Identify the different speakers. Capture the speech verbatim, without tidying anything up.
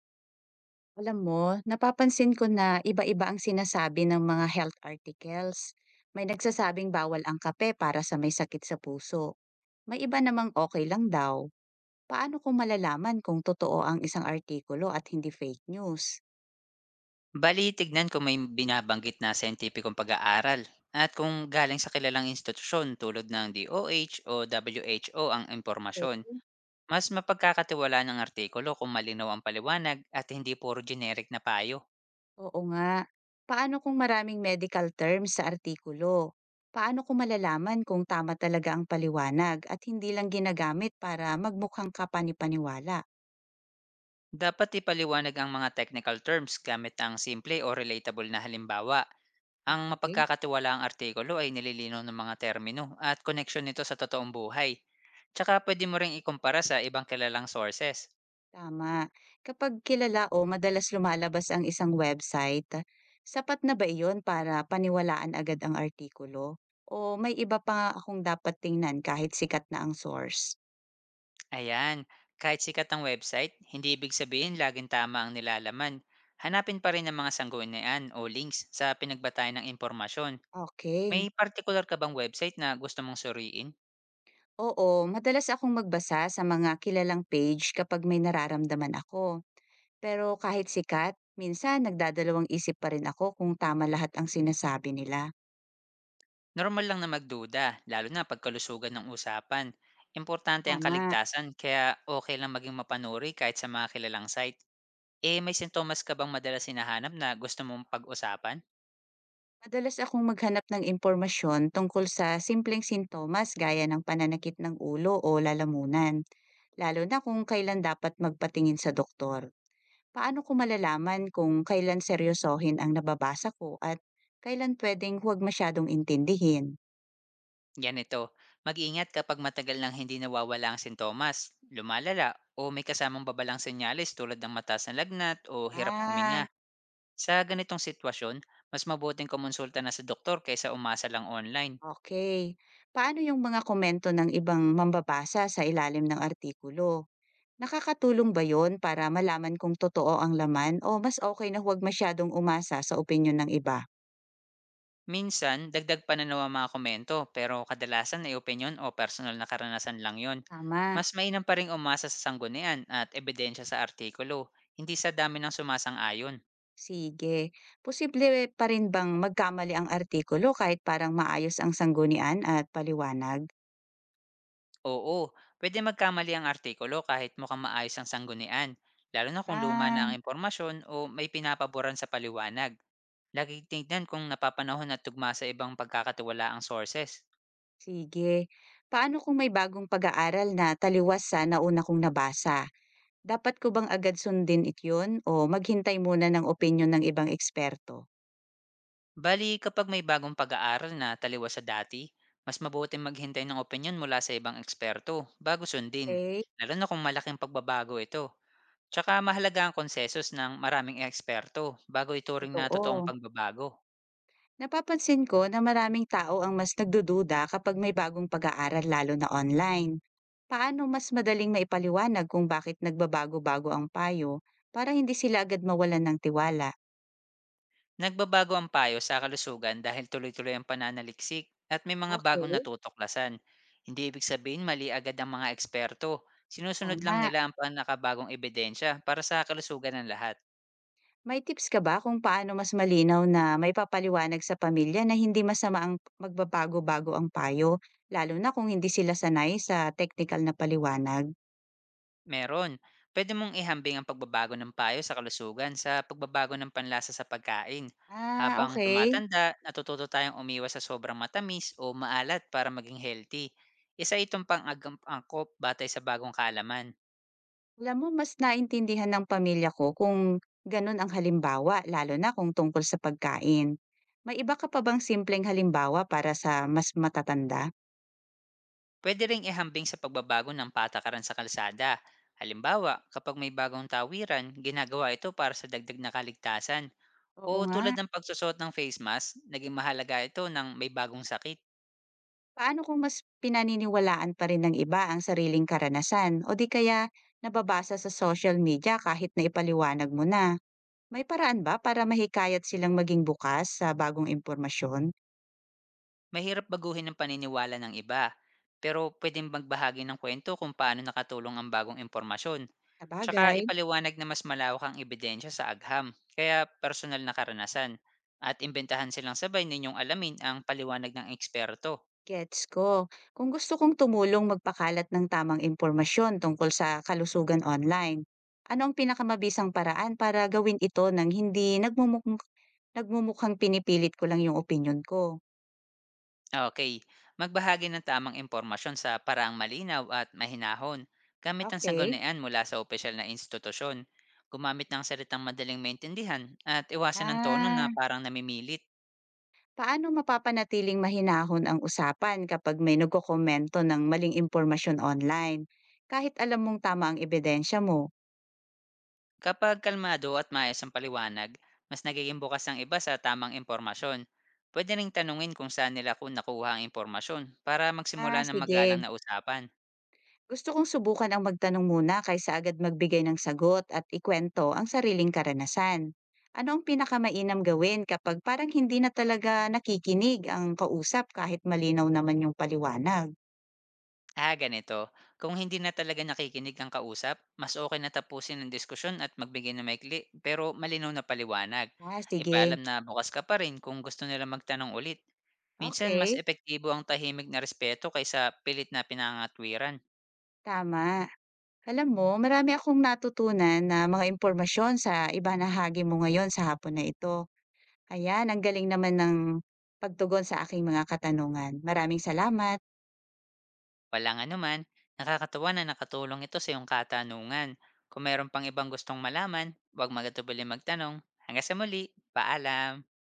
Speaker 1: Alam mo, napapansin ko na iba-iba ang sinasabi ng mga health articles. May nagsasabing bawal ang kape para sa may sakit sa puso. May iba namang okay lang daw. Paano ko malalaman kung totoo ang isang artikulo at hindi fake news?
Speaker 2: Bali, tignan kung may binabanggit na sentipikong pag-aaral at kung galing sa kilalang institusyon tulad ng D O H o WHO ang
Speaker 1: Okay.
Speaker 2: impormasyon. Mas mapagkakatiwala ng artikulo kung malinaw ang paliwanag at hindi puro generic na payo.
Speaker 1: Oo nga. Paano kung maraming medical terms sa artikulo? Paano ko malalaman kung tama talaga ang paliwanag at hindi lang ginagamit para magmukhang kapani-paniwala?
Speaker 2: Dapat ipaliwanag ang mga technical terms gamit ang simple o relatable na halimbawa. Ang
Speaker 1: Okay.
Speaker 2: mapagkakatiwalaang artikulo ay nililinaw ng mga termino at connection nito sa totoong buhay. Tsaka pwede mo ring ikumpara sa ibang kilalang sources.
Speaker 1: Tama. Kapag kilala o madalas lumalabas ang isang website, sapat na ba iyon para paniwalaan agad ang artikulo? O may iba pa akong dapat tingnan kahit sikat na ang source?
Speaker 2: Ayan, kahit sikat ang website, hindi ibig sabihin laging tama ang nilalaman. Hanapin pa rin ang mga sanggunian o links sa pinagbatayan ng impormasyon. May
Speaker 1: Okay.
Speaker 2: particular ka bang website na gusto mong suriin?
Speaker 1: Oo, madalas akong magbasa sa mga kilalang page kapag may nararamdaman ako. Pero kahit sikat, minsan nagdadalawang isip pa rin ako kung tama lahat ang sinasabi nila.
Speaker 2: Normal lang na magduda, lalo na pagkalusugan ng usapan. Importante ang
Speaker 1: Tama.
Speaker 2: kaligtasan, kaya okay lang maging mapanuri kahit sa mga kilalang site. Eh, may sintomas ka bang madalas hinahanap na gusto mong pag-usapan?
Speaker 1: Madalas akong maghanap ng impormasyon tungkol sa simpleng sintomas gaya ng pananakit ng ulo o lalamunan, lalo na kung kailan dapat magpatingin sa doktor. Paano ko malalaman kung kailan seryosohin ang nababasa ko at kailan pwedeng huwag masyadong intindihin?
Speaker 2: Ganito, mag-ingat kapag matagal nang hindi nawawala ang sintomas, lumalala o may kasamang babalang senyales tulad ng mataas na lagnat o hirap huminga.
Speaker 1: Ah,
Speaker 2: Sa ganitong sitwasyon, mas mabuting kumonsulta na sa doktor kaysa umasa lang online.
Speaker 1: okay. Paano yung mga komento ng ibang mambabasa sa ilalim ng artikulo? Nakakatulong ba yon para malaman kung totoo ang laman o mas okay na huwag masyadong umasa sa opinyon ng iba?
Speaker 2: Minsan, dagdag pa na naman mga komento pero kadalasan ay opinion o personal na karanasan lang yon.
Speaker 1: Tama,
Speaker 2: Mas mainam pa rin umasa sa sanggunian at ebidensya sa artikulo, hindi sa dami ng sumasang-ayon.
Speaker 1: sige. Posible pa rin bang magkamali ang artikulo kahit parang maayos ang sanggunian at paliwanag?
Speaker 2: Oo, pwede magkamali ang artikulo kahit mukhang maayos ang sanggunian, lalo na kung luma na
Speaker 1: Ah,
Speaker 2: ang impormasyon o may pinapaboran sa paliwanag. Lagi tingnan kung napapanahon at tugma sa ibang pagkakatiwala ang sources.
Speaker 1: sige. Paano kung may bagong pag-aaral na taliwas sa nauna kong nabasa? Dapat ko bang agad sundin it yun o maghintay muna ng opinyon ng ibang eksperto?
Speaker 2: Bali, kapag may bagong pag-aaral na taliwas sa dati, mas mabuti maghintay ng opinion mula sa ibang eksperto bago sundin,
Speaker 1: Okay,
Speaker 2: lalo na kung malaking pagbabago ito. Tsaka mahalaga ang konsesos ng maraming eksperto bago ituring na totoong
Speaker 1: totoo.
Speaker 2: pagbabago.
Speaker 1: Napapansin ko na maraming tao ang mas nagdududa kapag may bagong pag-aaral lalo na online. Paano mas madaling maipaliwanag kung bakit nagbabago-bago ang payo para hindi sila agad mawalan ng tiwala?
Speaker 2: Nagbabago ang payo sa kalusugan dahil tuloy-tuloy ang pananaliksik at may mga bagong
Speaker 1: Okay.
Speaker 2: natutuklasan. Hindi ibig sabihin mali agad ang mga eksperto. Sinusunod lang
Speaker 1: Tama.
Speaker 2: nila ang panakabagong ebidensya para sa kalusugan ng lahat.
Speaker 1: May tips ka ba kung paano mas malinaw na may papaliwanag sa pamilya na hindi masama ang magbabago-bago ang payo, lalo na kung hindi sila sanay sa technical na paliwanag?
Speaker 2: Meron, pwede mong ihambing ang pagbabago ng payo sa kalusugan sa pagbabago ng panlasa sa pagkain.
Speaker 1: Ah,
Speaker 2: Habang
Speaker 1: okay.
Speaker 2: tumatanda, natututo tayong umiwas sa sobrang matamis o maalat para maging healthy. Isa itong pang-angkop batay sa bagong kaalaman.
Speaker 1: Alam mo mas naintindihan ng pamilya ko kung gano'n ang halimbawa lalo na kung tungkol sa pagkain. May iba ka pa bang simpleng halimbawa para sa mas matatanda?
Speaker 2: Pwede ring ihambing sa pagbabago ng patakaran sa kalsada. Halimbawa, kapag may bagong tawiran, ginagawa ito para sa dagdag na kaligtasan.
Speaker 1: Oo
Speaker 2: O
Speaker 1: nga.
Speaker 2: tulad ng pagsusot ng face mask, naging mahalaga ito ng may bagong sakit.
Speaker 1: Paano kung mas pinaniniwalaan pa rin ng iba ang sariling karanasan o di kaya nababasa sa social media kahit na ipaliwanag mo na? May paraan ba para mahikayat silang maging bukas sa bagong impormasyon?
Speaker 2: Mahirap baguhin ang paniniwala ng iba. Pero pwedeng magbahagi ng kwento kung paano nakatulong ang bagong impormasyon.
Speaker 1: Sa
Speaker 2: Tsaka
Speaker 1: bagay.
Speaker 2: ipaliwanag na mas malawak ang ebidensya sa agham, kaya personal na karanasan. At imbentahan silang sabay ninyong alamin ang paliwanag ng eksperto.
Speaker 1: Gets ko. Kung gusto kong tumulong magpakalat ng tamang impormasyon tungkol sa kalusugan online, ano ang pinakamabisang paraan para gawin ito ng hindi nagmumuk- nagmumukhang pinipilit ko lang yung opinyon ko?
Speaker 2: Okay. Magbahagi ng tamang impormasyon sa paraang malinaw at mahinahon gamit ang
Speaker 1: Okay.
Speaker 2: sanggunian mula sa opisyal na institusyon. Gumamit ng salitang madaling maintindihan at iwasan ng tono na
Speaker 1: Ah,
Speaker 2: parang namimilit.
Speaker 1: paano mapapanatiling mahinahon ang usapan kapag may nagkokomento ng maling impormasyon online? Kahit alam mong tama ang ebidensya mo.
Speaker 2: Kapag kalmado at maayos ang paliwanag, mas nagiging bukas ang iba sa tamang impormasyon. Pwede ring tanungin kung saan nila kung nakuha ang impormasyon para magsimula
Speaker 1: Ah,
Speaker 2: ng magalang
Speaker 1: sige.
Speaker 2: na usapan.
Speaker 1: Gusto kong subukan ang magtanong muna kaysa agad magbigay ng sagot at ikwento ang sariling karanasan. Ano ang pinakamainam gawin kapag parang hindi na talaga nakikinig ang kausap kahit malinaw naman yung paliwanag?
Speaker 2: Ah, ganito. Kung hindi na talaga nakikinig ang kausap, mas okay na tapusin ang diskusyon at magbigay ng maikli pero malinaw na paliwanag.
Speaker 1: Ah, sige.
Speaker 2: Ipaalam na bukas ka pa rin kung gusto nila magtanong ulit. Minsan mas
Speaker 1: Okay,
Speaker 2: epektibo ang tahimik na respeto kaysa pilit na pinangatwiran.
Speaker 1: tama. Alam mo, marami akong natutunan na mga impormasyon sa iba na hagi mo ngayon sa hapon na ito. Ayan, ang galing naman ng pagtugon sa aking mga katanungan. Maraming salamat.
Speaker 2: Walang anuman, nakakatuwa na nakatulong ito sa iyong katanungan. Kung mayroon pang ibang gustong malaman, huwag magatubili magtanong. Hanggang sa muli, paalam!